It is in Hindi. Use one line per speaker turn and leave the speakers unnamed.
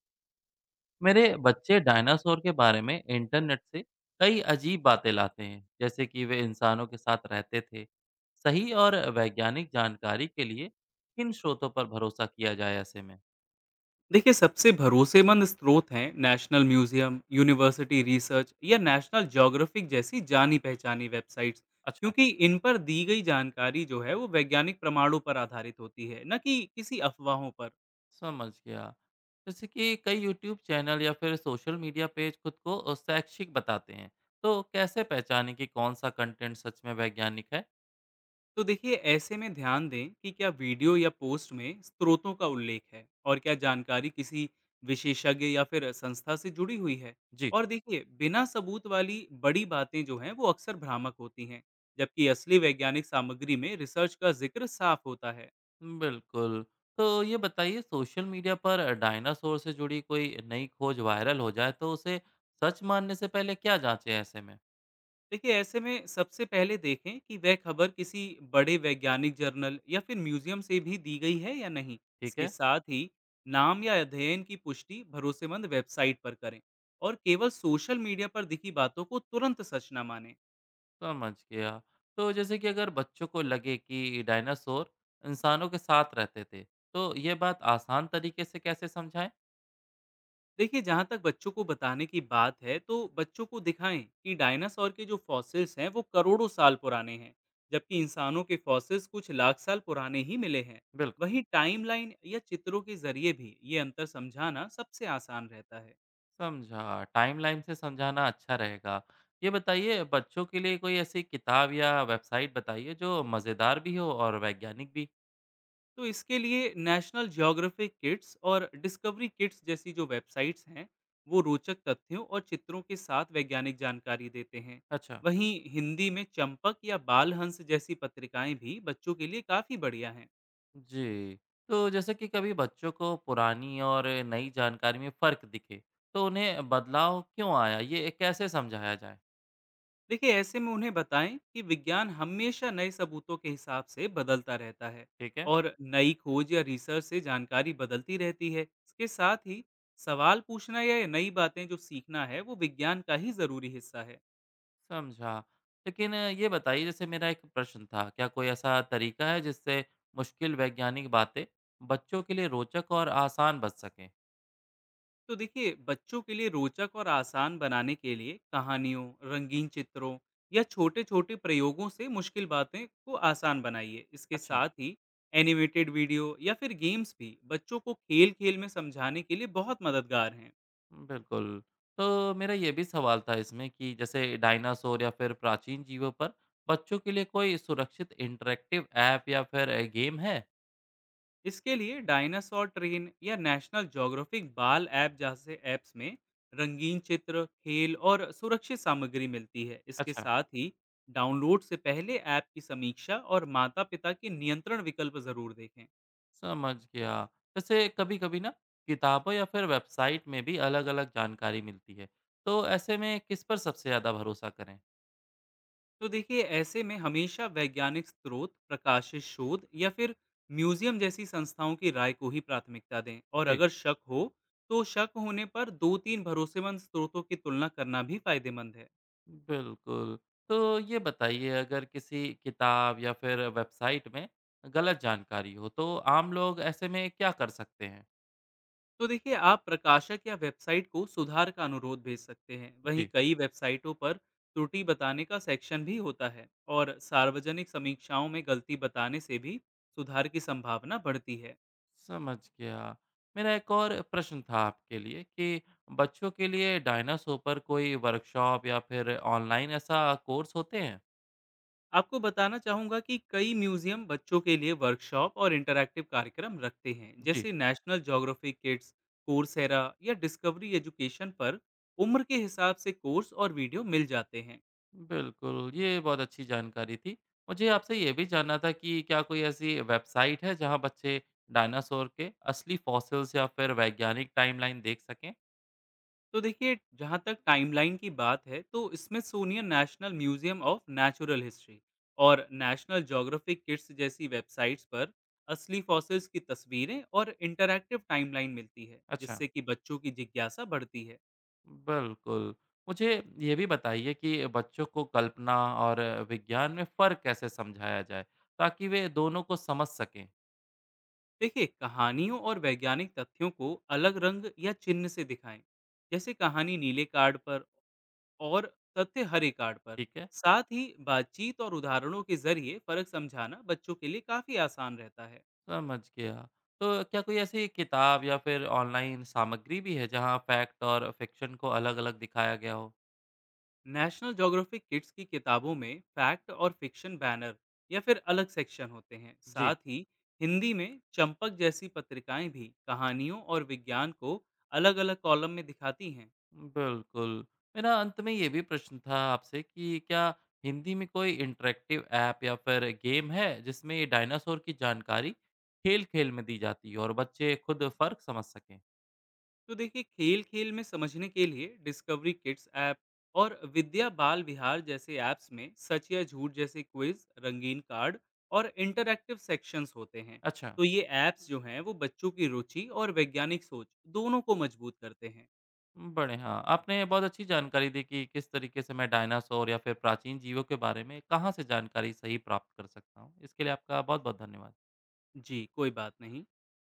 मेरे बच्चे डायनासोर के बारे में इंटरनेट से कई अजीब बातें लाते हैं जैसे कि वे इंसानों के साथ रहते थे। सही और वैज्ञानिक जानकारी के लिए किन स्रोतों पर भरोसा किया जाए ऐसे में?
देखिए, सबसे भरोसेमंद स्रोत हैं नेशनल म्यूजियम, यूनिवर्सिटी रिसर्च या नेशनल ज्योग्राफिक जैसी जानी पहचानी वेबसाइट्स,
अच्छा।
क्योंकि इन पर दी गई जानकारी जो है वो वैज्ञानिक प्रमाणों पर आधारित होती है, न कि किसी अफवाहों पर।
समझ गया। जैसे कि कई YouTube चैनल या फिर सोशल मीडिया पेज खुद को शैक्षिक बताते हैं, तो कैसे पहचाने कि कौन सा कंटेंट सच में वैज्ञानिक है?
तो देखिए, ऐसे में ध्यान दें कि क्या वीडियो या पोस्ट में स्रोतों का उल्लेख है और क्या जानकारी किसी विशेषज्ञ या फिर संस्था से जुड़ी हुई है।
जी।
और देखिए, बिना सबूत वाली बड़ी बातें जो हैं वो अक्सर भ्रामक होती हैं, जबकि असली वैज्ञानिक सामग्री में रिसर्च का जिक्र साफ होता है।
बिल्कुल। तो ये बताइए, सोशल मीडिया पर डायनासोर से जुड़ी कोई नई खोज वायरल हो जाए तो उसे सच मानने से पहले क्या जाँचें ऐसे में?
देखिए, ऐसे में सबसे पहले देखें कि वह खबर किसी बड़े वैज्ञानिक जर्नल या फिर म्यूजियम से भी दी गई है या नहीं।
ठीक
इसके
है।
साथ ही नाम या अध्ययन की पुष्टि भरोसेमंद वेबसाइट पर करें, और केवल सोशल मीडिया पर दिखी बातों को तुरंत सच ना माने।
समझ गया। तो जैसे कि अगर बच्चों को लगे कि डायनासोर इंसानों के साथ रहते थे, तो ये बात आसान तरीके से कैसे समझाएँ?
देखिए, जहाँ तक बच्चों को बताने की बात है तो बच्चों को दिखाएं कि डायनासोर के जो फॉसिल्स हैं वो करोड़ों साल पुराने हैं, जबकि इंसानों के फॉसिल्स कुछ लाख साल पुराने ही मिले हैं।
बिल्कुल।
वहीं टाइमलाइन या चित्रों के जरिए भी ये अंतर समझाना सबसे आसान रहता है।
समझा, टाइमलाइन से समझाना अच्छा रहेगा। ये बताइए, बच्चों के लिए कोई ऐसी किताब या वेबसाइट बताइए जो मज़ेदार भी हो और वैज्ञानिक भी?
तो इसके लिए नेशनल ज्योग्राफिक किट्स और डिस्कवरी किट्स जैसी जो वेबसाइट्स हैं, वो रोचक तथ्यों और चित्रों के साथ वैज्ञानिक जानकारी देते हैं।
अच्छा।
वहीं हिंदी में चंपक या बालहंस जैसी पत्रिकाएं भी बच्चों के लिए काफ़ी बढ़िया हैं।
जी, तो जैसे कि कभी बच्चों को पुरानी और नई जानकारी में फ़र्क दिखे, तो उन्हें बदलाव क्यों आया, ये कैसे समझाया जाए?
देखिए, ऐसे में उन्हें बताएं कि विज्ञान हमेशा नए सबूतों के हिसाब से बदलता रहता है,
ठीक है।
और नई खोज या रिसर्च से जानकारी बदलती रहती है। इसके साथ ही सवाल पूछना या नई बातें जो सीखना है वो विज्ञान का ही ज़रूरी हिस्सा है।
समझा। लेकिन ये बताइए, जैसे मेरा एक प्रश्न था, क्या कोई ऐसा तरीका है, जिससे मुश्किल वैज्ञानिक बातें बच्चों के लिए रोचक और आसान बन सकें?
तो देखिए, बच्चों के लिए रोचक और आसान बनाने के लिए कहानियों, रंगीन चित्रों या छोटे छोटे प्रयोगों से मुश्किल बातें को आसान बनाइए। इसके
अच्छा।
साथ ही एनिमेटेड वीडियो या फिर गेम्स भी बच्चों को खेल खेल में समझाने के लिए बहुत मददगार हैं।
बिल्कुल। तो मेरा ये भी सवाल था इसमें कि जैसे डायनासोर या फिर प्राचीन जीवों पर बच्चों के लिए कोई सुरक्षित इंटरैक्टिव ऐप या फिर गेम है?
इसके लिए डायनासोर ट्रेन या नेशनल ज्योग्राफिक बाल ऐप जैसे ऐप्स में रंगीन चित्र, खेल और सुरक्षित सामग्री मिलती है। इसके
अच्छा।
साथ ही डाउनलोड से पहले ऐप की समीक्षा और माता पिता के नियंत्रण विकल्प जरूर देखें।
समझ गया। वैसे कभी-कभी ना, किताबों या फिर वेबसाइट में भी अलग-अलग जानकारी मिलती है। तो ऐसे में किस पर सबसे ज़्यादा भरोसा करें?
तो देखिए, ऐसे में हमेशा वैज्ञानिक स्रोत, प्रकाशित शोध या फिर म्यूजियम जैसी संस्थाओं की राय को ही प्राथमिकता दें, और
जी।
अगर शक हो तो शक होने पर दो तीन भरोसेमंद स्रोतों की तुलना करना भी फायदेमंद है।
बिल्कुल। तो ये बताइए, अगर किसी किताब या फिर वेबसाइट में गलत जानकारी हो तो आम लोग ऐसे में क्या कर सकते हैं?
तो देखिए, आप प्रकाशक या वेबसाइट को सुधार का अनुरोध भेज सकते हैं। वहीं
जी।
कई वेबसाइटों पर त्रुटि बताने का सेक्शन भी होता है, और सार्वजनिक समीक्षाओं में गलती बताने से भी सुधार की संभावना बढ़ती है।
समझ गया। मेरा एक और प्रश्न था आपके लिए कि बच्चों के लिए डायनासोर पर कोई वर्कशॉप या फिर ऑनलाइन ऐसा कोर्स होते हैं?
आपको बताना चाहूँगा कि कई म्यूजियम बच्चों के लिए वर्कशॉप और इंटरैक्टिव कार्यक्रम रखते हैं,
जी।
जैसे नेशनल ज्योग्राफी किड्स, कोर्सेरा या डिस्कवरी एजुकेशन पर उम्र के हिसाब से कोर्स और वीडियो मिल जाते हैं।
बिल्कुल, ये बहुत अच्छी जानकारी थी। मुझे आपसे ये भी जानना था कि क्या कोई ऐसी वेबसाइट है जहाँ बच्चे डायनासोर के असली फॉसिल्स या फिर वैज्ञानिक टाइमलाइन देख सकें?
तो देखिए, जहाँ तक टाइमलाइन की बात है तो Smithsonian National Museum of Natural History और नेशनल ज्योग्राफिक किट्स जैसी वेबसाइट्स पर असली फॉसिल्स की तस्वीरें और इंटरैक्टिव टाइमलाइन मिलती है,
अच्छा,
जिससे कि बच्चों की जिज्ञासा बढ़ती है।
बिल्कुल। मुझे ये भी बताइए कि बच्चों को कल्पना और विज्ञान में फ़र्क कैसे समझाया जाए, ताकि वे दोनों को समझ सकें?
देखिए, कहानियों और वैज्ञानिक तथ्यों को अलग रंग या चिन्ह से दिखाएं, जैसे कहानी नीले कार्ड पर और तथ्य हरे कार्ड पर।
ठीक है।
साथ ही बातचीत और उदाहरणों के जरिए फर्क समझाना बच्चों के लिए काफी आसान रहता है।
समझ गया। तो क्या कोई ऐसी किताब या फिर ऑनलाइन सामग्री भी है जहाँ फैक्ट और फ़िक्शन को अलग-अलग दिखाया गया हो?
नेशनल ज्योग्राफिक किड्स की किताबों में फैक्ट और फिक्शन बैनर या फिर अलग सेक्शन होते हैं।
जी।
साथ ही हिंदी में चंपक जैसी पत्रिकाएं भी कहानियों और विज्ञान को अलग अलग कॉलम में दिखाती हैं।
बिल्कुल। मेरा अंत में ये भी प्रश्न था आपसे कि क्या हिंदी में कोई इंटरैक्टिव ऐप या फिर गेम है जिसमें ये डायनासोर की जानकारी खेल-खेल में दी जाती हो और बच्चे खुद फ़र्क समझ सकें?
तो देखिए, खेल खेल में समझने के लिए डिस्कवरी किड्स ऐप और विद्या बाल विहार जैसे ऐप्स में सच या झूठ जैसे क्विज, रंगीन कार्ड और इंटरैक्टिव सेक्शंस होते हैं।
अच्छा,
तो ये ऐप्स जो हैं वो बच्चों की रुचि और वैज्ञानिक सोच दोनों को मजबूत करते हैं।
बड़े हाँ, आपने बहुत अच्छी जानकारी दी कि किस तरीके से मैं डायनासोर या फिर प्राचीन जीवों के बारे में कहाँ से जानकारी सही प्राप्त कर सकता हूँ। इसके लिए आपका बहुत-बहुत धन्यवाद।
जी, कोई बात नहीं।